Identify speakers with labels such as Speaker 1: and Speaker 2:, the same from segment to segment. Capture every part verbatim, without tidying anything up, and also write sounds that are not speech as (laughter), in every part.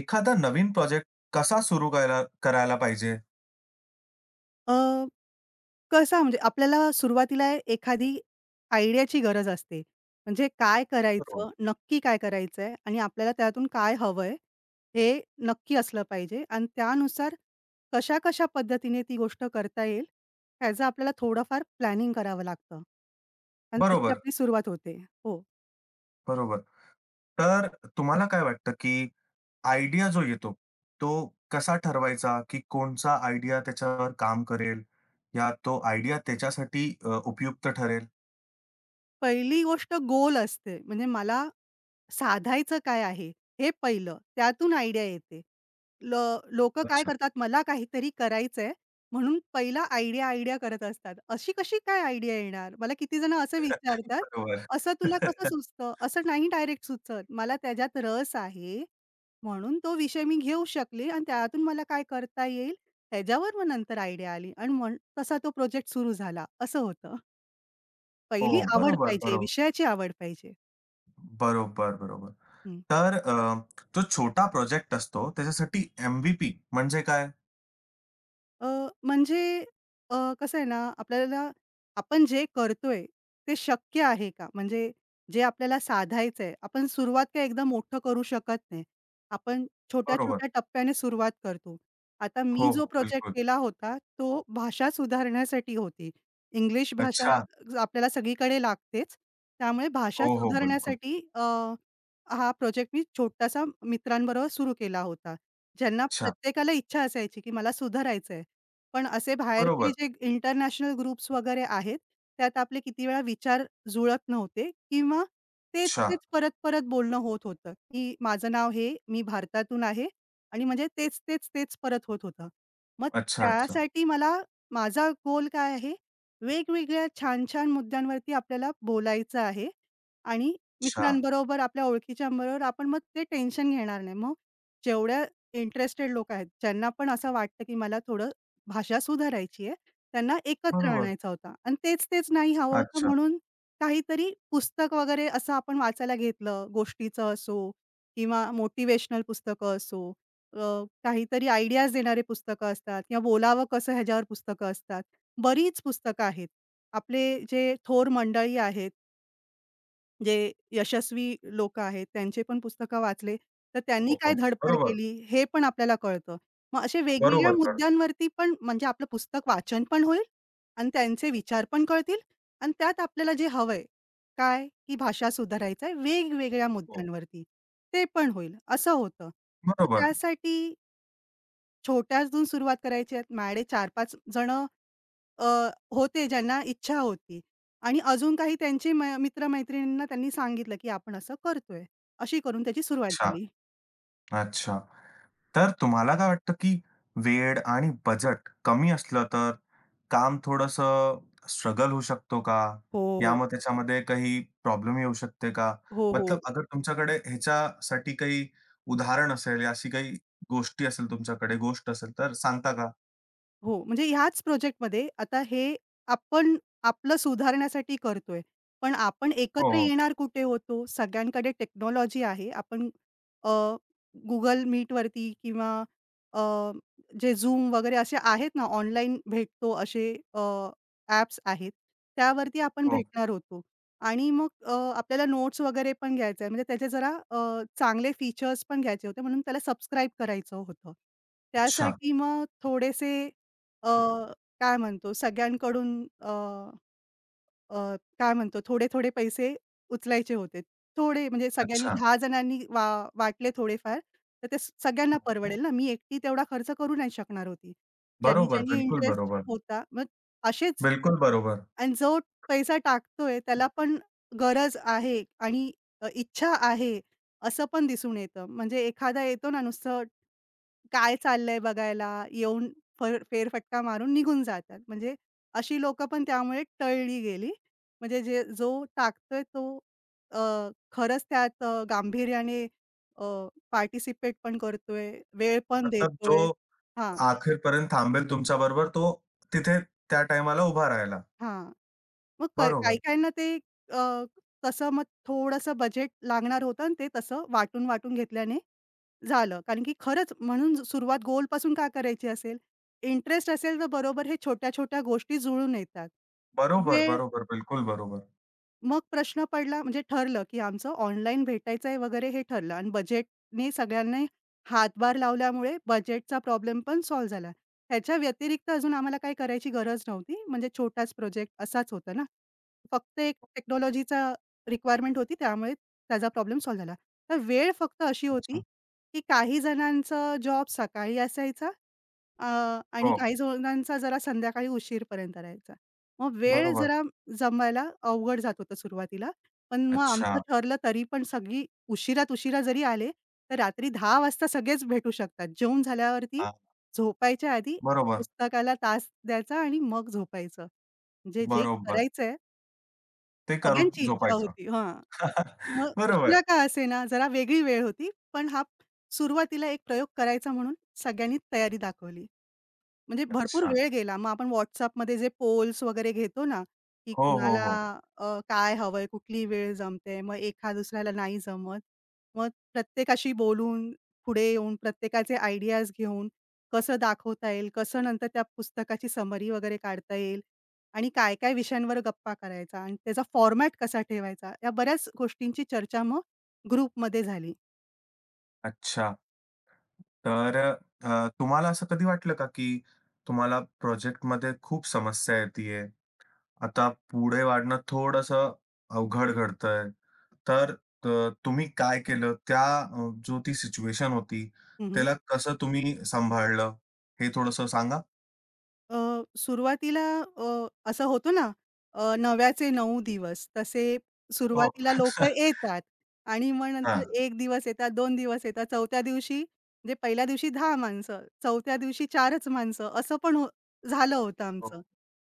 Speaker 1: एखादा नवीन प्रोजेक्ट कसा सुरू करायला करायला पाहिजे?
Speaker 2: अ, कसा म्हणजे आपल्याला सुरुवातीला एखादी आयडियाची गरज असते. म्हणजे काय
Speaker 1: बरोबर.
Speaker 2: करायचं, नक्की काय करायचंय आणि आपल्याला त्यातून काय हवंय, हे नक्की असलं पाहिजे आणि त्यानुसार कशा-कशा पद्धतीने ती गोष्ट करता येईल, ह्याचं आपल्याला थोडंफार प्लॅनिंग करावं लागतं. आणि तशी
Speaker 1: बरोबर,
Speaker 2: आपली सुरुवात होते. हो.
Speaker 1: बरोबर. तर तुम्हाला काय वाटतं, की आयडिया जो येतो, तो कसा ठरवायचा, की कोणचा आयडिया त्याच्यावर काम करेल या तो आयडिया त्याच्यासाठी अ, उपयुक्त ठरेल?
Speaker 2: पहिली गोष्ट गोल असते. म्हणजे मला साधायचं काय आहे? हे पहिलं. त्यातून आयडिया येते. ल लोकं काय
Speaker 1: अच्छा.
Speaker 2: करतात, मला काहीतरी करायचंय म्हणून पहिला आयडिया, आयडिया करत असतात. अशी कशी काय आयडिया येणार? मला किती जण असं
Speaker 1: (laughs)
Speaker 2: विचारतात,
Speaker 1: बरोबर.
Speaker 2: "असं तुला कसं
Speaker 1: (laughs)
Speaker 2: सुचतं?" असं नाही डायरेक्ट सुचत. मला त्याच्यात रस आहे, म्हणून तो विषय मी घेऊ शकले आणि त्यातून मला काय करता येईल, त्याच्यावर मग नंतर आयडिया आली आणि म्हण तसा तो प्रोजेक्ट सुरू झाला. असं होतं.
Speaker 1: हो,
Speaker 2: पहिली आवड
Speaker 1: बरोबर,
Speaker 2: पाहिजे,
Speaker 1: बरोबर.
Speaker 2: विषयाची आवड पाहिजे.
Speaker 1: बरोबर, बरोबर. तर अ, जो छोटा प्रोजेक्ट असतो त्याच्यासाठी एम म्हणजे काय?
Speaker 2: अ, म्हणजे अ, कसं आहे ना, आपल्याला आपण जे करतोय ते शक्य आहे का? म्हणजे जे आपल्याला साधायचंय, आपण सुरुवात काही एकदम मोठं करू शकत नाही. आपण
Speaker 1: बरोबर.
Speaker 2: छोट्या-छोट्या टप्प्याने सुरुवात करतो. आता मी
Speaker 1: हो, हो.
Speaker 2: जो प्रोजेक्ट
Speaker 1: बिलकुल.
Speaker 2: केला होता, तो भाषा सुधारण्यासाठी होती. इंग्लिश
Speaker 1: अच्छा.
Speaker 2: भाषा आपल्याला सगळीकडे लागतेच. त्यामुळे भाषा
Speaker 1: हो, हो, बिलकुल.
Speaker 2: सुधारण्यासाठी अ, हा प्रोजेक्ट मी छोटासा मित्रांबरोबर सुरू केला होता. ज्यांना
Speaker 1: अच्छा,
Speaker 2: प्रत्येकाला इच्छा असायची, की मला सुधारायचंय. पण असे बाहेरचे
Speaker 1: बरोबर.
Speaker 2: जे इंटरनॅशनल ग्रुप्स वगैरे आहेत, त्यात आपले किती वेळा विचार जुळत नव्हते किंवा
Speaker 1: अच्छा,
Speaker 2: तेच-तेच परत-परत बोलणं होत होतं, की माझं नाव हे, मी भारतातून आहे आणि म्हणजे तेच-तेच, तेच तेच परत होत होतं. मग
Speaker 1: अच्छा, अच्छा,
Speaker 2: त्यासाठी मला माझा गोल काय आहे, वेगवेगळ्या छान-छान मुद्द्यांवरती आपल्याला बोलायचं आहे आणि
Speaker 1: अच्छा,
Speaker 2: मित्रांबरोबर, आपल्या ओळखीच्यांबरोबर आपण मग ते टेन्शन घेणार नाही. मग जेवढ्या इंटरेस्टेड लोकं आहेत, ज्यांना पण असं वाटतं, की मला थोडं भाषा सुधारायची आहे. त्यांना एकत्र
Speaker 1: बरोबर.
Speaker 2: आणायचा होता आणि तेच-तेच नाही हवं होतं
Speaker 1: अच्छा.
Speaker 2: म्हणून काहीतरी पुस्तक वगैरे असं आपण वाचायला घेतलं, गोष्टीचं असो किंवा मोटिवेशनल पुस्तकं असो, अ, काहीतरी आयडियाज देणारे पुस्तकं असतात किंवा बोलावं कसं ह्याच्यावर पुस्तकं असतात. बरीच पुस्तकं आहेत. आपले जे थोर मंडळी आहेत जे यशस्वी लोकं आहेत, त्यांचे पण पुस्तकं वाचले, तर त्यांनी
Speaker 1: हो,
Speaker 2: काय
Speaker 1: हो.
Speaker 2: धडपड
Speaker 1: बरोबर,
Speaker 2: केली, हे पण आपल्याला कळतं. मग असे वेगवेगळ्या
Speaker 1: बरोबर कळतं.
Speaker 2: मुद्द्यांवरती पण म्हणजे आपलं पुस्तक वाचन पण होईल आणि त्यांचे विचार पण कळतील आणि त्यात आपल्याला जे हवंय, काय की भाषा सुधारायचं आहे वेगवेगळ्या
Speaker 1: हो,
Speaker 2: मुद्द्यांवरती, ते पण होईल, असं होतं. मग
Speaker 1: बरोबर.
Speaker 2: त्यासाठी छोट्यातून सुरुवात करायची आहे. माझ्याकडे चार-पाच जण अ, होते ज्यांना इच्छा होती आणि अजून काही त्यांचे म मित्र-मैत्रिणींना त्यांनी सांगितलं, की आपण असं करतोय. अशी करून त्याची सुरुवात
Speaker 1: अच्छा,
Speaker 2: झाली.
Speaker 1: अच्छा. तर तुम्हाला काय वाटतं, की वेळ आणि बजेट कमी असलं तर काम थोडंसं स्ट्रगल होऊ शकतो का?
Speaker 2: हो.
Speaker 1: यामुळे त्याच्यामध्ये काही प्रॉब्लेम येऊ शकते का?
Speaker 2: हो,
Speaker 1: मतलब
Speaker 2: हो.
Speaker 1: अगर तुमच्याकडे ह्याच्यासाठी काही उदाहरण असेल, या अशी काही गोष्टी असेल तुमच्याकडे, गोष्ट असेल तर सांगता का?
Speaker 2: हो, म्हणजे ह्याच प्रोजेक्टमध्ये आता हे आपण आपलं सुधारण्यासाठी करतोय. पण आपण
Speaker 1: हो,
Speaker 2: एकत्र
Speaker 1: हो,
Speaker 2: येणार कुठे होतो? सगळ्यांकडे टेक्नॉलॉजी आहे. आपण अ, Google Meetवरती किंवा अ, जे Zoom वगैरे असे आहेत ना, ऑनलाईन भेटतो असे अ, ॲप्स आहेत. त्यावरती आपण
Speaker 1: हो.
Speaker 2: भेटणार होतो आणि मग अ, आपल्याला नोट्स वगैरे पण घ्यायचं आहे. म्हणजे त्याचे जरा अ, चांगले फीचर्स पण घ्यायचे होते म्हणून त्याला सबस्क्राईब करायचं होतं.
Speaker 1: अच्छा.
Speaker 2: त्यासाठी मग थोडेसे अ, काय म्हणतो सगळ्यांकडून अ, अ, काय म्हणतो थोडे-थोडे पैसे उचलायचे होते. थोडे म्हणजे सगळ्यांनी
Speaker 1: अच्छा.
Speaker 2: दहा जणांनी वा वाटले थोडेफार, तर ते स- सगळ्यांना परवडेल ना. मी एकटी तेवढा खर्च करू नाही शकणार होती. ज्यांनी
Speaker 1: बरोबर,
Speaker 2: ज्यांनी
Speaker 1: बिलकुल
Speaker 2: इंटरेस्ट
Speaker 1: बरोबर.
Speaker 2: होता, मग असेच
Speaker 1: बिलकुल बरोबर.
Speaker 2: आणि जो पैसा टाकतोय त्याला पण गरज आहे आणि अ, इच्छा आहे, असं पण दिसून येतं. म्हणजे एखादा येतो ना नुसतं काय चाललंय बघायला, येऊन फर फेरफटका मारून निघून जातात. म्हणजे अशी लोकं पण त्यामुळे टळली गेली. म्हणजे जे जो टाकतोय तो अ, खरंच त्यात अ, गांभीर्याने अ, पार्टिसिपेट पण करतोय, वेळ पण
Speaker 1: मतलब जो
Speaker 2: देतोय. हां,
Speaker 1: अखेरपर्यंत थांबेल तुमच्याबरोबर तो तिथे त्या टाईमाला उभा राहिला.
Speaker 2: हां. मग क
Speaker 1: बरोबर.
Speaker 2: काही-काहींना ते अ, तसं मग थोडंसं बजेट लागणार होतं आणि ते तसं वाटून-वाटून घेतल्याने झालं. कारण की खरंच म्हणून सुरुवात गोलपासून का करायची असेल? इंटरेस्ट असेल तर बरोबर हे छोट्या-छोट्या गोष्टी जुळून येतात.
Speaker 1: बरोबर,
Speaker 2: वेळ
Speaker 1: बरोबर. बिलकुल बरोबर.
Speaker 2: मग प्रश्न पडला म्हणजे ठरलं, की आमचं ऑनलाईन भेटायचंय वगैरे हे ठरलं आणि बजेटने सगळ्यांनी हातभार लावल्यामुळे बजेटचा प्रॉब्लेम पण सॉल्व्ह झाला. त्याच्या व्यतिरिक्त अजून आम्हाला काही करायची गरज नव्हती. म्हणजे छोटाच प्रोजेक्ट असाच होता ना. फक्त एक टेक्नॉलॉजीचा रिक्वायरमेंट होती त्यामुळे त्याचा प्रॉब्लेम सॉल्व्ह झाला. तर वेळ फक्त अशी होती,
Speaker 1: अच्छा.
Speaker 2: की काही जणांचा जॉब सकाळी असायचा अ, आणि
Speaker 1: हो,
Speaker 2: काही जणांचा जरा संध्याकाळी उशीरपर्यंत राहायचा. मग वेळ
Speaker 1: बरोबर.
Speaker 2: जरा जमायला अवघड जात होतं सुरुवातीला. पण मग
Speaker 1: अच्छा.
Speaker 2: आमचं ठरलं तरी पण सगळी उशिरात उशिरा जरी आले, तर रात्री दहा वाजता सगळेच भेटू शकतात. जेवून झाल्यावरती
Speaker 1: हां.
Speaker 2: झोपायच्या आधी
Speaker 1: बरोबर,
Speaker 2: पुस्तकाला तास द्यायचा आणि मग झोपायचं. म्हणजे जे
Speaker 1: बरोबर.
Speaker 2: करायचंय
Speaker 1: ते करून
Speaker 2: सगळ्यांची इच्छा
Speaker 1: झोपायचं.
Speaker 2: होती हां.
Speaker 1: (laughs)
Speaker 2: मग
Speaker 1: बरोबर.
Speaker 2: उशिरा का असेना, जरा वेगळी वेळ होती. पण हा सुरुवातीला एक प्रयोग करायचा म्हणून सगळ्यांनी तयारी दाखवली. म्हणजे भरपूर
Speaker 1: अच्छा.
Speaker 2: वेळ गेला. मग आपण WhatsAppमध्ये जे पोल्स वगैरे घेतो ना, की
Speaker 1: हो, हो,
Speaker 2: कुणाला
Speaker 1: हो.
Speaker 2: अ, काय हवंय, कुठली वेळ जमते, मग एका दुसऱ्याला नाही जमत. मग प्रत्येकाशी बोलून, पुढे येऊन, प्रत्येकाचे आयडियाज घेऊन, कसं दाखवता येईल, कसं नंतर त्या पुस्तकाची समरी वगैरे काढता येईल आणि काय-काय विषयांवर गप्पा करायचा आणि त्याचा फॉर्मॅट कसा ठेवायचा, या बऱ्याच गोष्टींची चर्चा मग ग्रुपमध्ये झाली.
Speaker 1: अच्छा. तर अ, तुम्हाला असं कधी वाटलं का, की तुम्हाला प्रोजेक्टमध्ये खूप समस्या येतीये? आता पुढे वाढणं थोडंसं अवघड घडतंय. तर त तुम्ही काय केलं? त्या अ, जो ती सिच्युएशन होती, त्याला कसं तुम्ही सांभाळलं? हे थोडंसं सांगा?
Speaker 2: अ, सुरुवातीला अ, असं होतं ना, अ, नव्याचे नऊ दिवस, तसे
Speaker 1: हो.
Speaker 2: सुरुवातीला
Speaker 1: (laughs)
Speaker 2: लोकं येतात आणि मग नंतर
Speaker 1: हां.
Speaker 2: एक दिवस येतात, दोन दिवस येतात, चौथ्या दिवशी म्हणजे पहिल्या दिवशी दहा माणसं, चौथ्या दिवशी चारच माणसं असं पण हो झालं होतं
Speaker 1: हो.
Speaker 2: आमचं.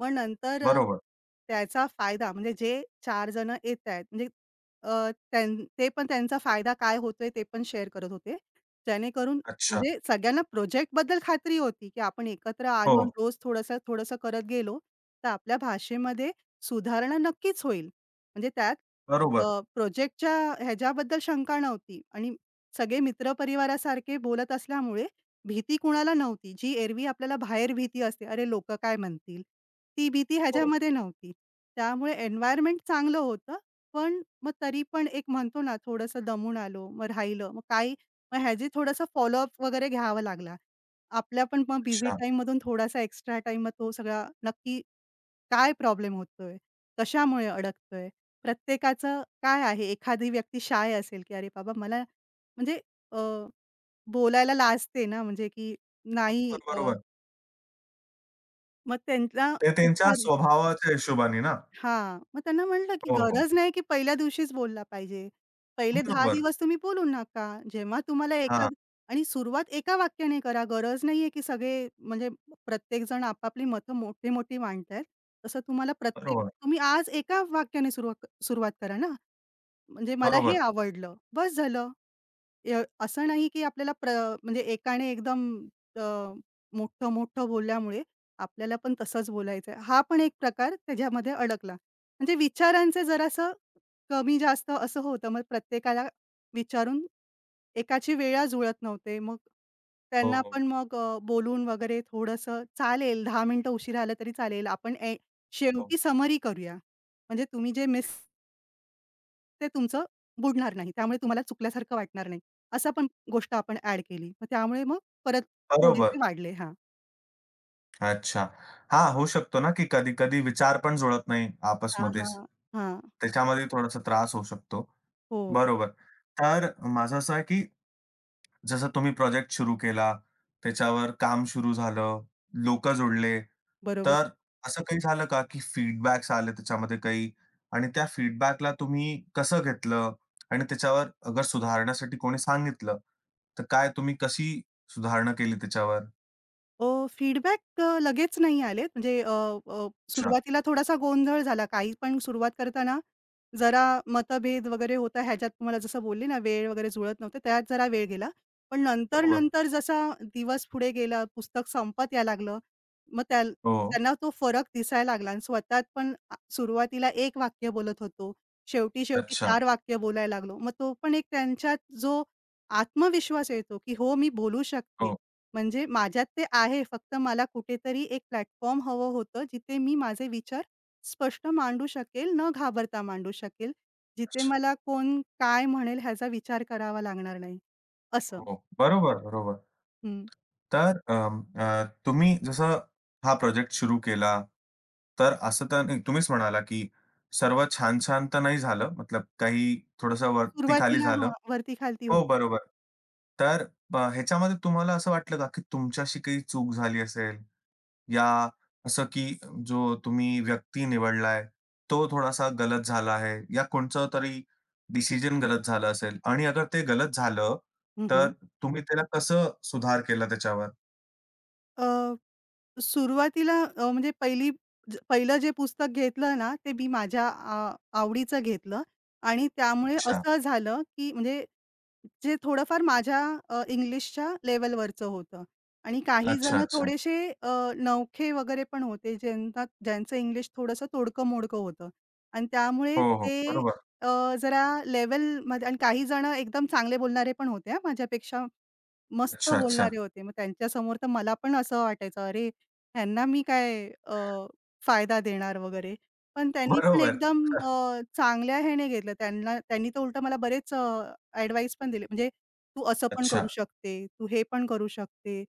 Speaker 2: मग नंतर अ,
Speaker 1: बरोबर.
Speaker 2: त्याचा फायदा म्हणजे जे चार जण येतायत म्हणजे अ, त्यां ते पण त्यांचा फायदा काय होतोय ते पण शेअर करत होते. जेणेकरून
Speaker 1: अच्छा.
Speaker 2: म्हणजे सगळ्यांना प्रोजेक्टबद्दल खात्री होती, की आपण एकत्र आलो आणि
Speaker 1: हो.
Speaker 2: रोज थोडंसं, थोडंसं करत गेलो, तर आपल्या भाषेमध्ये सुधारणा नक्कीच होईल. म्हणजे त्यात
Speaker 1: बरोबर.
Speaker 2: अ, प्रोजेक्टच्या ह्याच्याबद्दल शंका नव्हती आणि सगळे मित्रपरिवारासारखे बोलत असल्यामुळे भीती कुणाला नव्हती. जी एरवी आपल्याला बाहेर भीती असते, "अरे लोकं काय म्हणतील?" ती भीती
Speaker 1: हो.
Speaker 2: ह्याच्यामध्ये नव्हती. त्यामुळे एन्व्हायर्नमेंट चांगलं होतं. पण मग तरी पण एक म्हणतो ना, थोडंसं दमून आलो, मग राहिलं. मग काय मग ह्याची थोडासा फॉलोअप वगैरे घ्यावा लागला. आपल्या पण मग बिझी
Speaker 1: अच्छा.
Speaker 2: टाईममधून थोडासा एक्स्ट्रा टाइम मग तो सगळा नक्की काय प्रॉब्लेम होतोय? कशामुळे अडकतोय? प्रत्येकाचं काय आहे? एखादी व्यक्ती शाय असेल, की "अरे बाबा मला" म्हणजे अ, बोलायला लाजते ना म्हणजे की नाही
Speaker 1: बरोबर,
Speaker 2: अ,
Speaker 1: बरोबर.
Speaker 2: मग त्यांना
Speaker 1: ते त्यांच्या
Speaker 2: विचार
Speaker 1: स्वभावाच्या हिशोबाने ना?
Speaker 2: हां. मग त्यांना म्हटलं, की
Speaker 1: हो, हो.
Speaker 2: गरज नाही की पहिल्या दिवशीच बोलला पाहिजे. पहिले दहा
Speaker 1: बरोबर.
Speaker 2: दिवस तुम्ही बोलू नका. जेव्हा तुम्हाला
Speaker 1: हां.
Speaker 2: एखाद आणि सुरुवात एका वाक्याने करा. गरज नाहीये की सगळे म्हणजे प्रत्येकजण आपापली मतं मोठी-मोठी मांडतायत. तसं तुम्हाला प्रत्येक
Speaker 1: बरोबर.
Speaker 2: तुम्ही आज एका वाक्याने सुरुवात सुरुवात करा ना. म्हणजे मला हे
Speaker 1: बरोबर.
Speaker 2: आवडलं, बस झालं. अ, असं नाही की आपल्याला प्र म्हणजे एकाने एकदम अ, मोठं-मोठं बोलल्यामुळे आपल्याला पण तसंच बोलायचंय. हा पण एक प्रकार त्याच्यामध्ये अडकला. म्हणजे विचारांचं जरासं कमी-जास्त असं होतं. मग प्रत्येकाला विचारून एकाची वेळा जुळत नव्हते. मग त्यांना
Speaker 1: हो,
Speaker 2: पण मग अ, बोलून वगैरे थोडंसं चालेल दहा मिनिटं उशिरा आलं तरी चालेल. आपण ए
Speaker 1: हो.
Speaker 2: शेवटी समरी करूया. म्हणजे तुम्ही जे मिस ते तुमचं बुडणार नाही. त्यामुळे तुम्हाला चुकल्यासारखं वाटणार नाही. असं पण गोष्ट आपण ॲड केली. मग त्यामुळे मग परत
Speaker 1: बरोबर.
Speaker 2: थोडेसे वाढले. हां.
Speaker 1: अच्छा. हां, होऊ शकतो ना, की कधी-कधी विचार पण जुळत नाही
Speaker 2: हां,
Speaker 1: आपसमध्येच.
Speaker 2: हां. हां.
Speaker 1: त्याच्यामध्ये थोडासा त्रास होऊ शकतो.
Speaker 2: हो.
Speaker 1: बरोबर. तर माझं असं आहे, की जसं तुम्ही प्रोजेक्ट सुरू केला, त्याच्यावर काम सुरू झालं, लोकं जोड़ले,
Speaker 2: बरोबर.
Speaker 1: तर असं काही झालं का, की फीडबॅक्स आले त्याच्यामध्ये काही? आणि त्या फीडबॅकला तुम्ही कसं घेतलं? आणि त्याच्यावर अगर सुधारण्यासाठी कोणी सांगितलं, तर काय तुम्ही कशी सुधारणा केली त्याच्यावर?
Speaker 2: अ, फीडबॅक लगेच नाही आलेत. म्हणजे अ, अ,
Speaker 1: अच्छा.
Speaker 2: सुरुवातीला थोडासा गोंधळ झाला. काही पण सुरुवात करताना जरा मतभेद वगैरे होता. ह्याच्यात तुम्हाला जसं बोलले ना, वेळ वगैरे जुळत नव्हते, त्यात जरा वेळ गेला. पण
Speaker 1: बरोबर.
Speaker 2: नंतर-नंतर जसा दिवस पुढे गेला, पुस्तक संपत यायला लागलं, मग त्या
Speaker 1: हो.
Speaker 2: त्यांना तो फरक दिसायला लागला आणि स्वतःत पण आ, सुरुवातीला एक वाक्य बोलत होतो. शेवटी-शेवटी
Speaker 1: अच्छा.
Speaker 2: चार वाक्य बोलायला लागलो. मग तो पण एक त्यांच्यात जो आत्मविश्वास येतो, की हो मी बोलू शकते.
Speaker 1: हो.
Speaker 2: म्हणजे माझ्यात ते आहे. फक्त मला कुठेतरी एक प्लॅटफॉर्म हवं होतं, जिथे मी माझे विचार स्पष्ट मांडू शकेल, न घाबरता मांडू शकेल. जिथे मला कोण काय म्हणेल ह्याचा विचार करावा लागणार नाही, असं.
Speaker 1: हो. बरोबर, बरोबर.
Speaker 2: हं.
Speaker 1: तर अं, अ, तुम्ही जसं हा प्रोजेक्ट सुरू केला, तर असं तर नाही तुम्हीच म्हणाला, की सर्व छान-छान तर नाही झालं, मतलब काही थोडंसं वरती-खाली
Speaker 2: सुरुवातीला हां,
Speaker 1: झालं.
Speaker 2: वरती-खालती
Speaker 1: हो,
Speaker 2: होतं.
Speaker 1: बरोबर. तर अ, ह्याच्यामध्ये तुम्हाला असं वाटलं का, की तुमच्याशी काही चूक झाली असेल? या असं की जो तुम्ही व्यक्ती निवडलाय, तो थोडासा गलत झाला आहे या कोणचं तरी डिसिजन गलत झालं असेल आणि अगर ते गलत झालं,
Speaker 2: हं,
Speaker 1: तर
Speaker 2: हं.
Speaker 1: तुम्ही त्याला कसं सुधार केला त्याच्यावर?
Speaker 2: अ, सुरुवातीला अ, म्हणजे पहिली ज- पहिलं जे पुस्तक घेतलं ना, ते मी माझ्या आ आवडीचं घेतलं आणि त्यामुळे
Speaker 1: अच्छा.
Speaker 2: असं झालं, की म्हणजे जे थोडंफार माझ्या अ, इंग्लिशच्या लेव्हलवरचं होतं आणि काही
Speaker 1: अच्छा,
Speaker 2: जण
Speaker 1: अच्छा.
Speaker 2: थोडेसे अ, नवखे वगैरे पण होते, ज्यांना ज्यांचं इंग्लिश थोडंसं तोडकं-मोडकं होतं आणि त्यामुळे
Speaker 1: हो, हो.
Speaker 2: ते
Speaker 1: बरोबर.
Speaker 2: अ, जरा लेव्हलमध्ये आणि काही जण एकदम चांगले बोलणारे पण होते हां, माझ्यापेक्षा. मस्त
Speaker 1: अच्छा, अच्छा.
Speaker 2: बोलणारे होते. मग त्यांच्यासमोर तर मला पण असं वाटायचं, अरे ह्यांना मी काय अ, फायदा देणार वगैरे. पण त्यांनी पण
Speaker 1: बरोबर.
Speaker 2: एकदम अ, चांगल्या ह्याने घेतलं. त्यांना त्यांनी तर उलटं मला बरेच अ, ॲडवाईस पण दिले. म्हणजे तू असं पण
Speaker 1: अच्छा,
Speaker 2: करू शकते, तू हे पण करू शकते.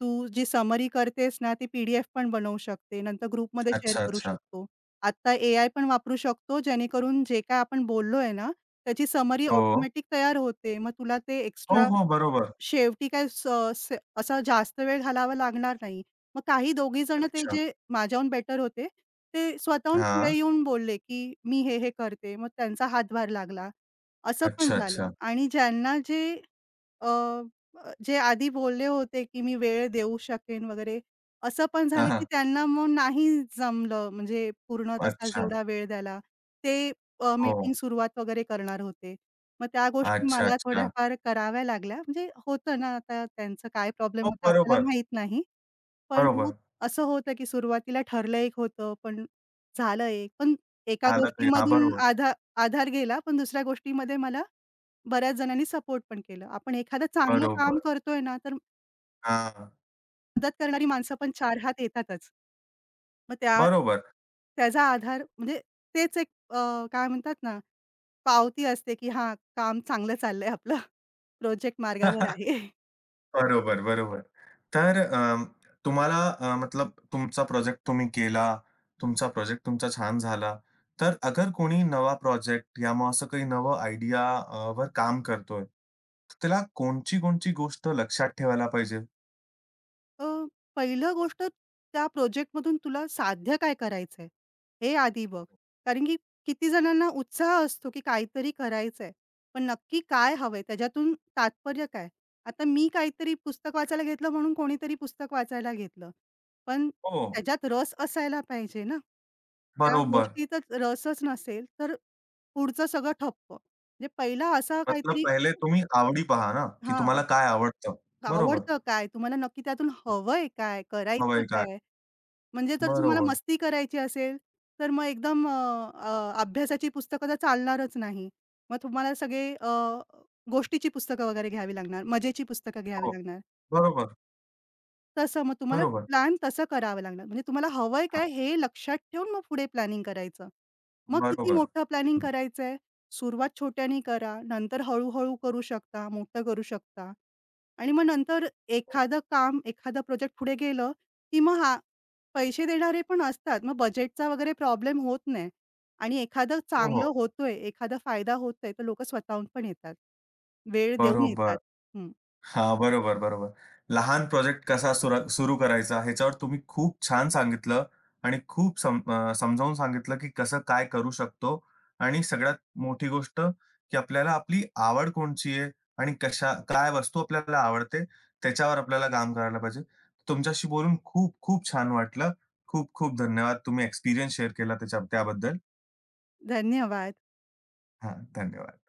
Speaker 2: तू जी समरी करतेस ना, ती पी पण बनवू शकते. नंतर ग्रुपमध्ये शेअर
Speaker 1: अच्छा,
Speaker 2: करू
Speaker 1: अच्छा.
Speaker 2: शकतो. आता एआय पण वापरू शकतो, जेणेकरून जे काय आपण बोललोय ना, त्याची समरी
Speaker 1: हो.
Speaker 2: ऑटोमॅटिक तयार होते. मग तुला ते
Speaker 1: हो,
Speaker 2: एक्स्ट्रा
Speaker 1: हो. बरोबर.
Speaker 2: शेवटी काय स स असा जास्त वेळ घालावा लागणार नाही. मग काही दोघीजण ते
Speaker 1: अच्छा.
Speaker 2: जे माझ्याहून बेटर होते, ते स्वतःहून पुढे
Speaker 1: हां.
Speaker 2: येऊन बोलले, की "मी हे, हे करते." मग त्यांचा हातभार लागला. असं पण
Speaker 1: अच्छा,
Speaker 2: झालं
Speaker 1: अच्छा.
Speaker 2: आणि ज्यांना जे अ, अ, जे आधी बोलले होते, की मी वेळ देऊ शकेन वगैरे, असं पण
Speaker 1: हां,
Speaker 2: झालं, की
Speaker 1: हां.
Speaker 2: त्यांना मग नाही जमलं म्हणजे पूर्ण तसा
Speaker 1: अच्छा.
Speaker 2: जेवढा वेळ द्यायला. ते अ,
Speaker 1: हो.
Speaker 2: मीटिंग सुरुवात वगैरे करणार होते. मग त्या गोष्टी
Speaker 1: अच्छा,
Speaker 2: मला
Speaker 1: अच्छा.
Speaker 2: थोड्याफार कराव्या लागल्या. म्हणजे होतं ना, आता त्यांचा काय प्रॉब्लेम
Speaker 1: हो,
Speaker 2: होता आपल्याला
Speaker 1: बरोबर.
Speaker 2: माहीत नाही. पण मग
Speaker 1: बरोबर.
Speaker 2: असं होतं, की सुरुवातीला ठरलं एक होतं, पण झालं एक. पण एका
Speaker 1: झालं ते. हां,
Speaker 2: गोष्टीमधून
Speaker 1: बरोबर.
Speaker 2: आधा आधार गेला, पण दुसऱ्या गोष्टीमध्ये मला बऱ्याच जणांनी सपोर्ट पण केलं. आपण एखादं चांगलं काम
Speaker 1: बरोबर.
Speaker 2: करतोय ना, तर
Speaker 1: हां.
Speaker 2: मदत करणारी माणसं पण चार हात येतातच. मग त्या
Speaker 1: बरोबर.
Speaker 2: त्याचा आधार म्हणजे तेच एक अ, काय म्हणतात ना, पावती असते, की हां, काम चांगलं चाललंय आपलं. प्रोजेक्ट मार्गावर
Speaker 1: (laughs)
Speaker 2: आहे.
Speaker 1: बरोबर, बरोबर. तर अ, तुम्हाला अ, मतलब तुमचा प्रोजेक्ट तुम्ही केला, तुमचा प्रोजेक्ट तुमचा छान झाला. तर अगर कोणी नवा प्रोजेक्ट या मग असं काही नवं आयडिया वर काम करतोय, तर त्याला कोणची-कोणची गोष्ट लक्षात ठेवायला पाहिजे?
Speaker 2: अ, पहिलं गोष्ट त्या प्रोजेक्टमधून तुला साध्य काय करायचंय, हे आधी बघ. कारण की किती जणांना उत्साह असतो, की काहीतरी करायचंय. पण नक्की काय हवंय? त्याच्यातून तात्पर्य काय? आता मी काहीतरी पुस्तक वाचायला घेतलं म्हणून कोणीतरी पुस्तक वाचायला घेतलं. पण
Speaker 1: हो,
Speaker 2: त्याच्यात रस असायला पाहिजे ना. त्या
Speaker 1: बरोबर.
Speaker 2: गोष्टीतच रसच नसेल, तर पुढचं सगळं ठप्प. म्हणजे पहिला असा
Speaker 1: मतलब
Speaker 2: काहीतरी
Speaker 1: पहिले तुम्ही आवडी पहा ना, की
Speaker 2: हां.
Speaker 1: तुम्हाला काय आवडतं. बरोबर.
Speaker 2: आवडतं काय? तुम्हाला नक्की त्यातून हवंय काय? करायचं
Speaker 1: हवंय काय?
Speaker 2: काय? म्हणजे जर तुम्हाला
Speaker 1: बरोबर.
Speaker 2: मस्ती करायची असेल, तर मग एकदम अ, अ, अभ्यासाची पुस्तकं तर चालणारच नाही. मग तुम्हाला सगळे अ, गोष्टीची पुस्तकं वगैरे घ्यावी लागणार, मजेची पुस्तकं घ्यावी
Speaker 1: हो,
Speaker 2: लागणार.
Speaker 1: बरोबर,
Speaker 2: तसं मग तुम्हाला
Speaker 1: बरोबर.
Speaker 2: प्लॅन तसं करावं लागणार. म्हणजे तुम्हाला हवंय
Speaker 1: हां,
Speaker 2: काय हे लक्षात ठेवून मग पुढे प्लॅनिंग करायचं. मग किती
Speaker 1: बरोबर.
Speaker 2: मोठं प्लॅनिंग करायचंय? सुरुवात छोट्याने करा, नंतर हळू करू शकता, मोठं करू शकता. आणि मग नंतर एखादं काम, एखादा प्रोजेक्ट पुढे गेलं, की मग हां, पैसे देणारे पण असतात. मग बजेटचा वगैरे प्रॉब्लेम होत नाही आणि एखादं
Speaker 1: हो,
Speaker 2: चांगलं
Speaker 1: हो.
Speaker 2: होतोय, एखादा फायदा होतोय, तर लोकं स्वतःहून पण येतात. वेळ देऊन
Speaker 1: बरोबर.
Speaker 2: येतात. हं.
Speaker 1: हां, बरोबर, बरोबर. लहान प्रोजेक्ट कसा सुरा सुरू करायचा ह्याच्यावर तुम्ही खूप छान सांगितलं आणि खूप सम अ, समजावून सांगितलं, की कसं काय करू शकतो आणि सगळ्यात मोठी गोष्ट, की आपल्याला आपली आवड कोणची आहे आणि कशा काय वस्तू आपल्याला आवडते त्याच्यावर आपल्याला काम करायला पाहिजे. तुमच्याशी बोलून खूप खूप छान वाटलं. खूप खूप धन्यवाद. तुम्ही एक्सपिरियन्स शेअर केला त्याच्या त्याबद्दल.
Speaker 2: धन्यवाद.
Speaker 1: हां, धन्यवाद.